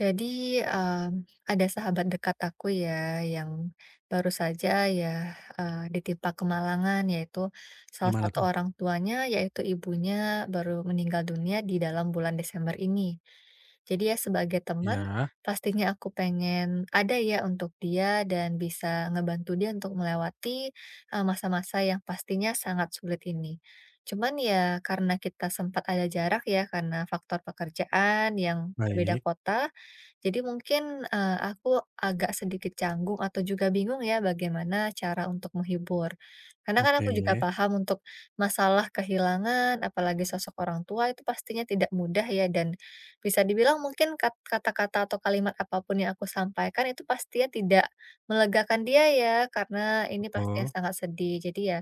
Jadi, ada sahabat dekat aku ya, yang baru saja ya, ditimpa kemalangan, yaitu salah Gimana satu tuh? orang tuanya, yaitu ibunya baru meninggal dunia di dalam bulan Desember ini. Jadi ya sebagai teman, Iya, pastinya aku pengen ada ya untuk dia dan bisa ngebantu dia untuk melewati, masa-masa yang pastinya sangat sulit ini. Cuman ya karena kita sempat ada jarak ya, karena faktor pekerjaan yang berbeda baik, kota, jadi mungkin, aku agak sedikit canggung atau juga bingung ya bagaimana cara untuk menghibur. Karena kan oke, aku juga paham untuk masalah kehilangan, apalagi sosok orang tua itu pastinya tidak mudah ya, dan bisa dibilang mungkin kata-kata atau kalimat apapun yang aku sampaikan itu pastinya tidak melegakan dia ya, karena ini pastinya betul, sangat sedih. Jadi ya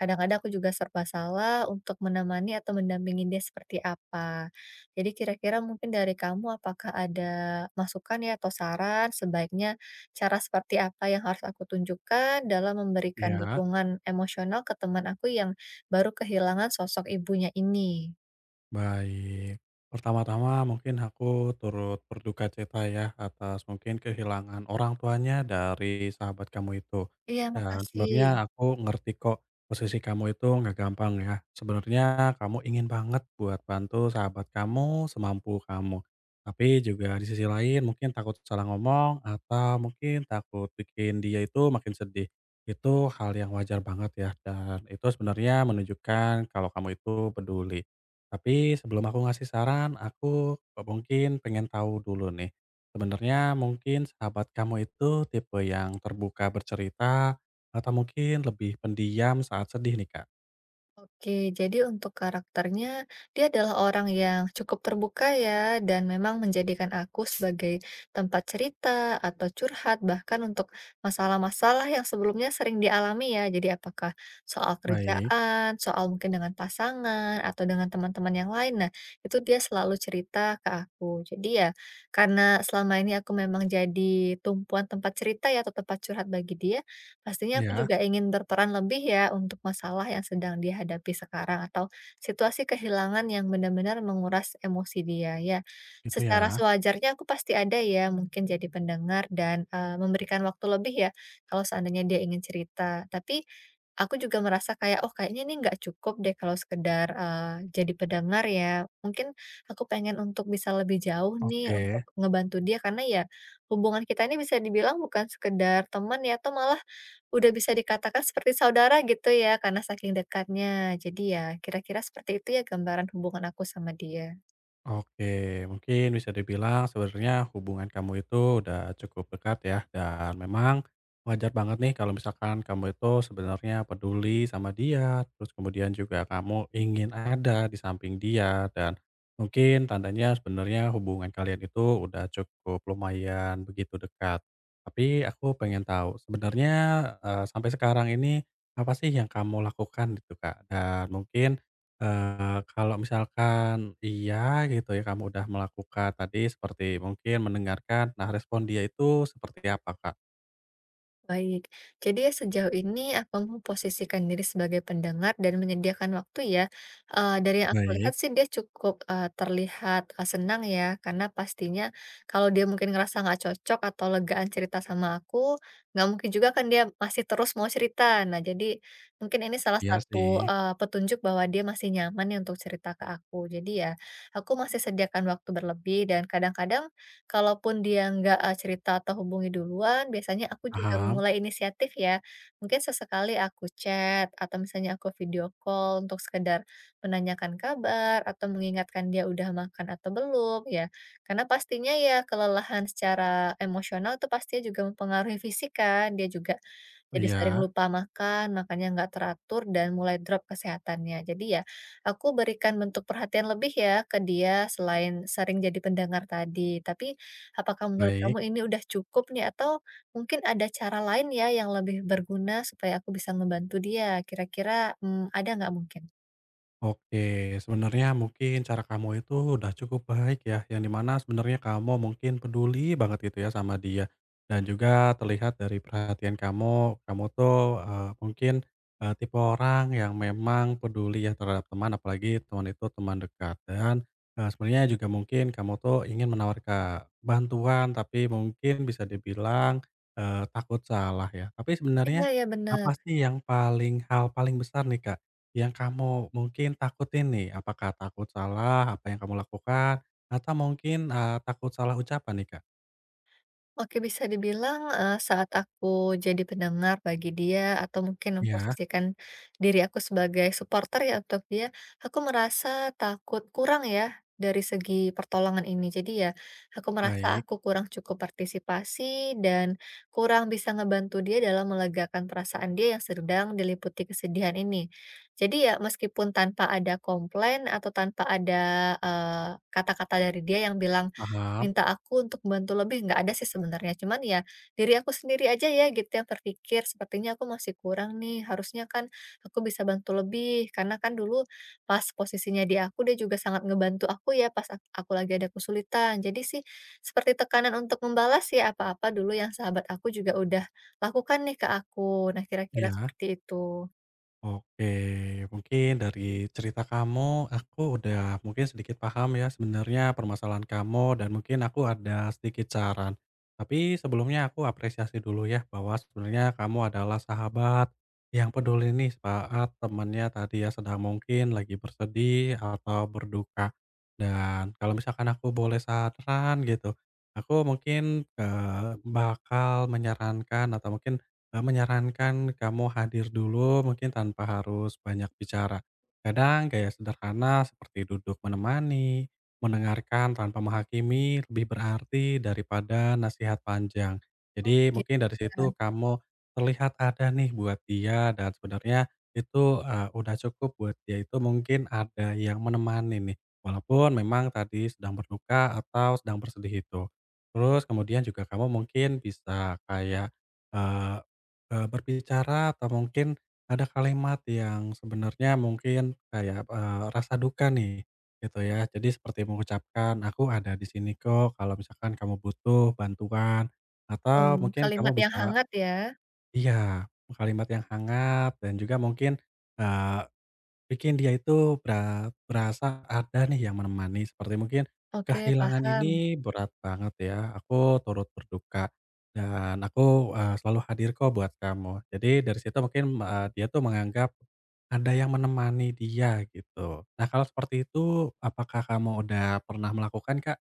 kadang-kadang aku juga serba salah untuk menemani atau mendampingi dia seperti apa. Jadi kira-kira mungkin dari kamu apakah ada masukan ya atau saran sebaiknya cara seperti apa yang harus aku tunjukkan dalam memberikan iya. dukungan emosional ke teman aku yang baru kehilangan sosok ibunya ini? Baik. Pertama-tama mungkin aku turut berduka cita ya atas mungkin kehilangan orang tuanya dari sahabat kamu itu. Iya, Dan makasih. sebenarnya aku ngerti kok posisi kamu itu nggak gampang ya. Sebenarnya kamu ingin banget buat bantu sahabat kamu semampu kamu. Tapi juga di sisi lain mungkin takut salah ngomong atau mungkin takut bikin dia itu makin sedih. Itu hal yang wajar banget ya dan itu sebenarnya menunjukkan kalau kamu itu peduli. Tapi sebelum aku ngasih saran, aku kok mungkin pengen tahu dulu nih. Sebenarnya mungkin sahabat kamu itu tipe yang terbuka bercerita atau mungkin lebih pendiam saat sedih nih, Kak? Oke, jadi untuk karakternya, dia adalah orang yang cukup terbuka ya, dan memang menjadikan aku sebagai tempat cerita atau curhat, bahkan untuk masalah-masalah yang sebelumnya sering dialami ya. Jadi apakah soal Baik, kerjaan, soal mungkin dengan pasangan, atau dengan teman-teman yang lain. Nah, itu dia selalu cerita ke aku. Jadi ya, karena selama ini aku memang jadi tumpuan tempat cerita ya, atau tempat curhat bagi dia, pastinya aku ya, juga ingin berperan lebih ya untuk masalah yang sedang dihadapi sekarang atau situasi kehilangan yang benar-benar menguras emosi dia ya. gitu Secara ya. sewajarnya aku pasti ada ya mungkin jadi pendengar dan memberikan waktu lebih ya kalau seandainya dia ingin cerita. Tapi aku juga merasa kayak oh kayaknya ini nggak cukup deh kalau sekedar jadi pendengar ya. Mungkin aku pengen untuk bisa lebih jauh nih untuk Oke. ngebantu dia karena ya hubungan kita ini bisa dibilang bukan sekedar teman ya, atau malah udah bisa dikatakan seperti saudara gitu ya, karena saking dekatnya. Jadi ya kira-kira seperti itu ya gambaran hubungan aku sama dia. Oke, mungkin bisa dibilang sebenarnya hubungan kamu itu udah cukup dekat ya dan memang wajar banget nih kalau misalkan kamu itu sebenarnya peduli sama dia, terus kemudian juga kamu ingin ada di samping dia dan mungkin tandanya sebenarnya hubungan kalian itu udah cukup lumayan begitu dekat. Tapi aku pengen tahu sebenarnya, sampai sekarang ini apa sih yang kamu lakukan gitu, Kak? Dan mungkin kalau misalkan iya gitu ya, kamu udah melakukan tadi seperti mungkin mendengarkan, nah respon dia itu seperti apa, Kak? Baik, jadi ya sejauh ini aku memposisikan diri sebagai pendengar dan menyediakan waktu ya. Dari yang aku lihat Baik, sih dia cukup, terlihat, senang ya karena pastinya kalau dia mungkin ngerasa nggak cocok atau legaan cerita sama aku, nggak mungkin juga kan dia masih terus mau cerita. Nah jadi mungkin ini salah iya sih. satu, petunjuk bahwa dia masih nyaman nih untuk cerita ke aku. Jadi ya aku masih sediakan waktu berlebih dan kadang-kadang kalaupun dia nggak, cerita atau hubungi duluan, biasanya aku juga Paham, memulai inisiatif ya. Mungkin sesekali aku chat atau misalnya aku video call untuk sekedar menanyakan kabar atau mengingatkan dia udah makan atau belum ya. Karena pastinya ya kelelahan secara emosional itu pastinya juga mempengaruhi fisik kan, dia juga jadi sering iya, lupa makan, makannya nggak teratur dan mulai drop kesehatannya. Jadi ya aku berikan bentuk perhatian lebih ya ke dia selain sering jadi pendengar tadi, tapi apakah menurut kamu baik. ini udah cukup nih atau mungkin ada cara lain ya yang lebih berguna supaya aku bisa ngebantu dia? Kira-kira, ada nggak mungkin? Oke, sebenarnya mungkin cara kamu itu udah cukup baik ya, yang dimana sebenarnya kamu mungkin peduli banget gitu ya sama dia. Dan juga terlihat dari perhatian kamu, kamu tuh mungkin tipe orang yang memang peduli ya terhadap teman, apalagi teman itu teman dekat. Dan sebenarnya juga mungkin kamu tuh ingin menawarkan bantuan, tapi mungkin bisa dibilang takut salah ya. Tapi Iya sebenarnya ya bener. apa sih yang paling hal paling besar nih kak? Yang kamu mungkin takutin nih, apakah takut salah apa yang kamu lakukan, atau mungkin, takut salah ucapan nih, Kak? Oke, bisa dibilang, saat aku jadi pendengar bagi dia atau mungkin Iya, memposisikan diri aku sebagai supporter ya untuk dia, aku merasa takut kurang ya dari segi pertolongan ini. Jadi ya, aku merasa baik, aku kurang cukup partisipasi dan kurang bisa ngebantu dia dalam melegakan perasaan dia yang sedang diliputi kesedihan ini. Jadi ya meskipun tanpa ada komplain atau tanpa ada, eee, kata-kata dari dia yang bilang, paham, minta aku untuk bantu lebih, nggak ada sih sebenarnya, cuman ya diri aku sendiri aja ya gitu yang terpikir, "Sepertinya aku masih kurang nih, harusnya kan aku bisa bantu lebih." Karena kan dulu pas posisinya di aku, dia juga sangat ngebantu aku ya pas aku lagi ada kesulitan. Jadi sih seperti tekanan untuk membalas ya apa-apa dulu yang sahabat aku juga udah lakukan nih ke aku. Nah kira-kira iya. seperti itu. Oke, mungkin dari cerita kamu, aku udah mungkin sedikit paham ya sebenarnya permasalahan kamu dan mungkin aku ada sedikit saran. Tapi sebelumnya aku apresiasi dulu ya bahwa sebenarnya kamu adalah sahabat yang peduli nih saat temannya tadi ya sedang mungkin lagi bersedih atau berduka. Dan kalau misalkan aku boleh saran gitu, aku mungkin bakal menyarankan atau mungkin menyarankan kamu hadir dulu mungkin tanpa harus banyak bicara. Kadang gaya sederhana seperti duduk menemani, mendengarkan tanpa menghakimi lebih berarti daripada nasihat panjang. Oh. Jadi Gitu mungkin dari ya, situ kamu terlihat ada nih buat dia dan sebenarnya itu, udah cukup buat dia itu mungkin ada yang menemani nih, walaupun memang tadi sedang berduka atau sedang bersedih itu. Terus kemudian juga kamu mungkin bisa kayak, eh, berbicara atau mungkin ada kalimat yang sebenarnya mungkin kayak, rasa duka nih, gitu ya. Jadi seperti mengucapkan, "Aku ada di sini kok kalau misalkan kamu butuh bantuan," atau mungkin kalimat kamu yang bisa hangat ya. iya, kalimat yang hangat dan juga mungkin, Bikin dia itu berasa ada nih yang menemani, seperti mungkin Oke, kehilangan paham. ini berat banget ya, aku turut berduka dan aku, selalu hadir kok buat kamu. Jadi dari situ mungkin, dia tuh menganggap ada yang menemani dia gitu. Nah kalau seperti itu, apakah kamu udah pernah melakukan, Kak?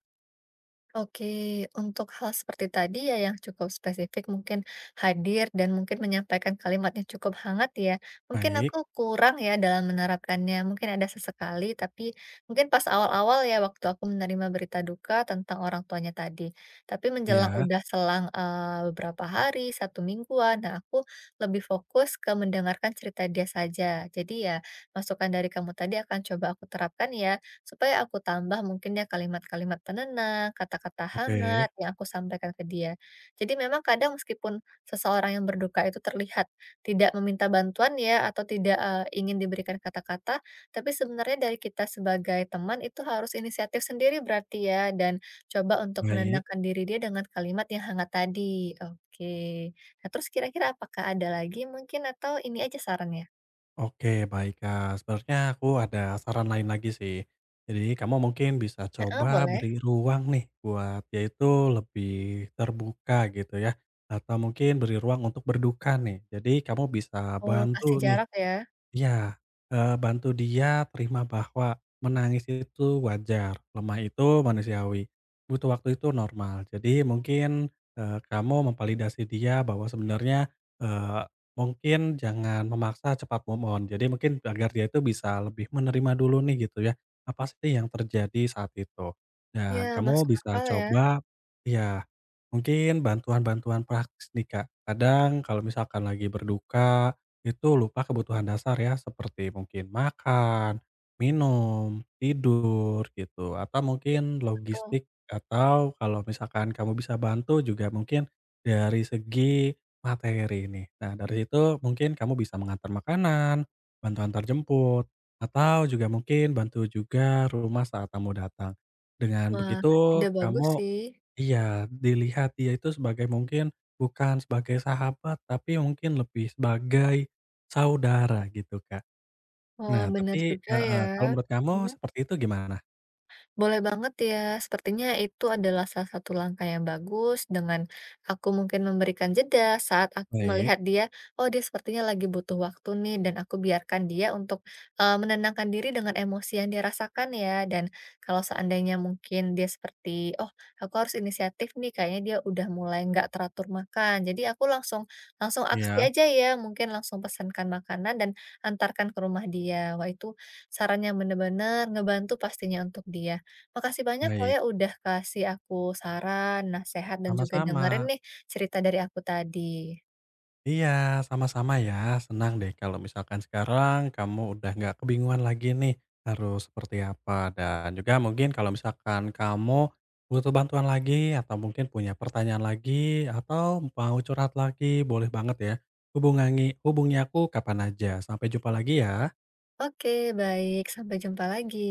Oke, untuk hal seperti tadi ya yang cukup spesifik mungkin hadir dan mungkin menyampaikan kalimatnya cukup hangat ya. Mungkin Baik, aku kurang ya dalam menerapkannya. Mungkin ada sesekali tapi mungkin pas awal-awal ya waktu aku menerima berita duka tentang orang tuanya tadi. Tapi menjelang ya udah selang beberapa hari, 1 mingguan, nah aku lebih fokus ke mendengarkan cerita dia saja. Jadi ya masukan dari kamu tadi akan coba aku terapkan ya supaya aku tambah mungkin ya kalimat-kalimat penenang, kata-kata hangat oke, yang aku sampaikan ke dia. Jadi memang kadang meskipun seseorang yang berduka itu terlihat tidak meminta bantuan ya atau tidak ingin diberikan kata-kata, tapi sebenarnya dari kita sebagai teman itu harus inisiatif sendiri berarti ya dan coba untuk baik. menenangkan diri dia dengan kalimat yang hangat tadi. Oke. Nah terus kira-kira apakah ada lagi mungkin atau ini aja sarannya? Oke, baik, Kak. Sebenarnya aku ada saran lain lagi sih. Jadi kamu mungkin bisa Heeh, coba boleh. beri ruang nih buat yaitu lebih terbuka gitu ya, atau mungkin beri ruang untuk berduka nih. Jadi kamu bisa Oh kasih bantu nih jarak ya? Iya, bantu dia terima bahwa menangis itu wajar, lemah itu manusiawi, butuh waktu itu normal. Jadi mungkin, kamu memvalidasi dia bahwa sebenarnya, eee, mungkin jangan memaksa cepat move on. Jadi mungkin agar dia itu bisa lebih menerima dulu nih gitu ya, apa sih yang terjadi saat itu. Ya Dan kamu masuk bisa akal ya. coba ya mungkin bantuan-bantuan praktis nih, Kak. Kadang kalau misalkan lagi berduka itu lupa kebutuhan dasar ya, seperti mungkin makan, minum, tidur, gitu, atau Iya, mungkin betul. logistik, atau kalau misalkan kamu bisa bantu juga mungkin dari segi materi nih. Nah, dari situ mungkin kamu bisa mengantar makanan, bantu antar jemput, atau juga mungkin bantu juga rumah saat tamu datang. Dengan Wah, ide begitu bagus kamu sih. Iya, dilihat dia itu sebagai mungkin bukan sebagai sahabat, tapi mungkin lebih sebagai saudara gitu, Kak. Wah, Nah, bener tapi juga heeh, ya. kalau menurut kamu Mhm. seperti itu gimana? Boleh banget ya, sepertinya itu adalah salah satu langkah yang bagus dengan aku mungkin memberikan jeda saat aku Baik, melihat dia, oh dia sepertinya lagi butuh waktu nih dan aku biarkan dia untuk menenangkan diri dengan emosi yang dia rasakan ya. Dan kalau seandainya mungkin dia seperti, oh aku harus inisiatif nih, kayaknya dia udah mulai nggak teratur makan. Jadi aku langsung langsung aksi iya, aja ya, mungkin langsung pesankan makanan dan antarkan ke rumah dia. Wah itu sarannya bener-bener ngebantu pastinya untuk dia. Makasih banyak loh baik. ya udah kasih aku saran, nasihat, dan juga dengerin Sama-sama. nih cerita dari aku tadi. Iya, sama-sama ya. Senang deh kalau misalkan sekarang kamu udah nggak kebingungan lagi nih harus seperti apa. Dan juga mungkin kalau misalkan kamu butuh bantuan lagi atau mungkin punya pertanyaan lagi atau mau curhat lagi, boleh banget ya. Hubungi aku kapan aja. Sampai jumpa lagi ya. Oke, baik. Sampai jumpa lagi.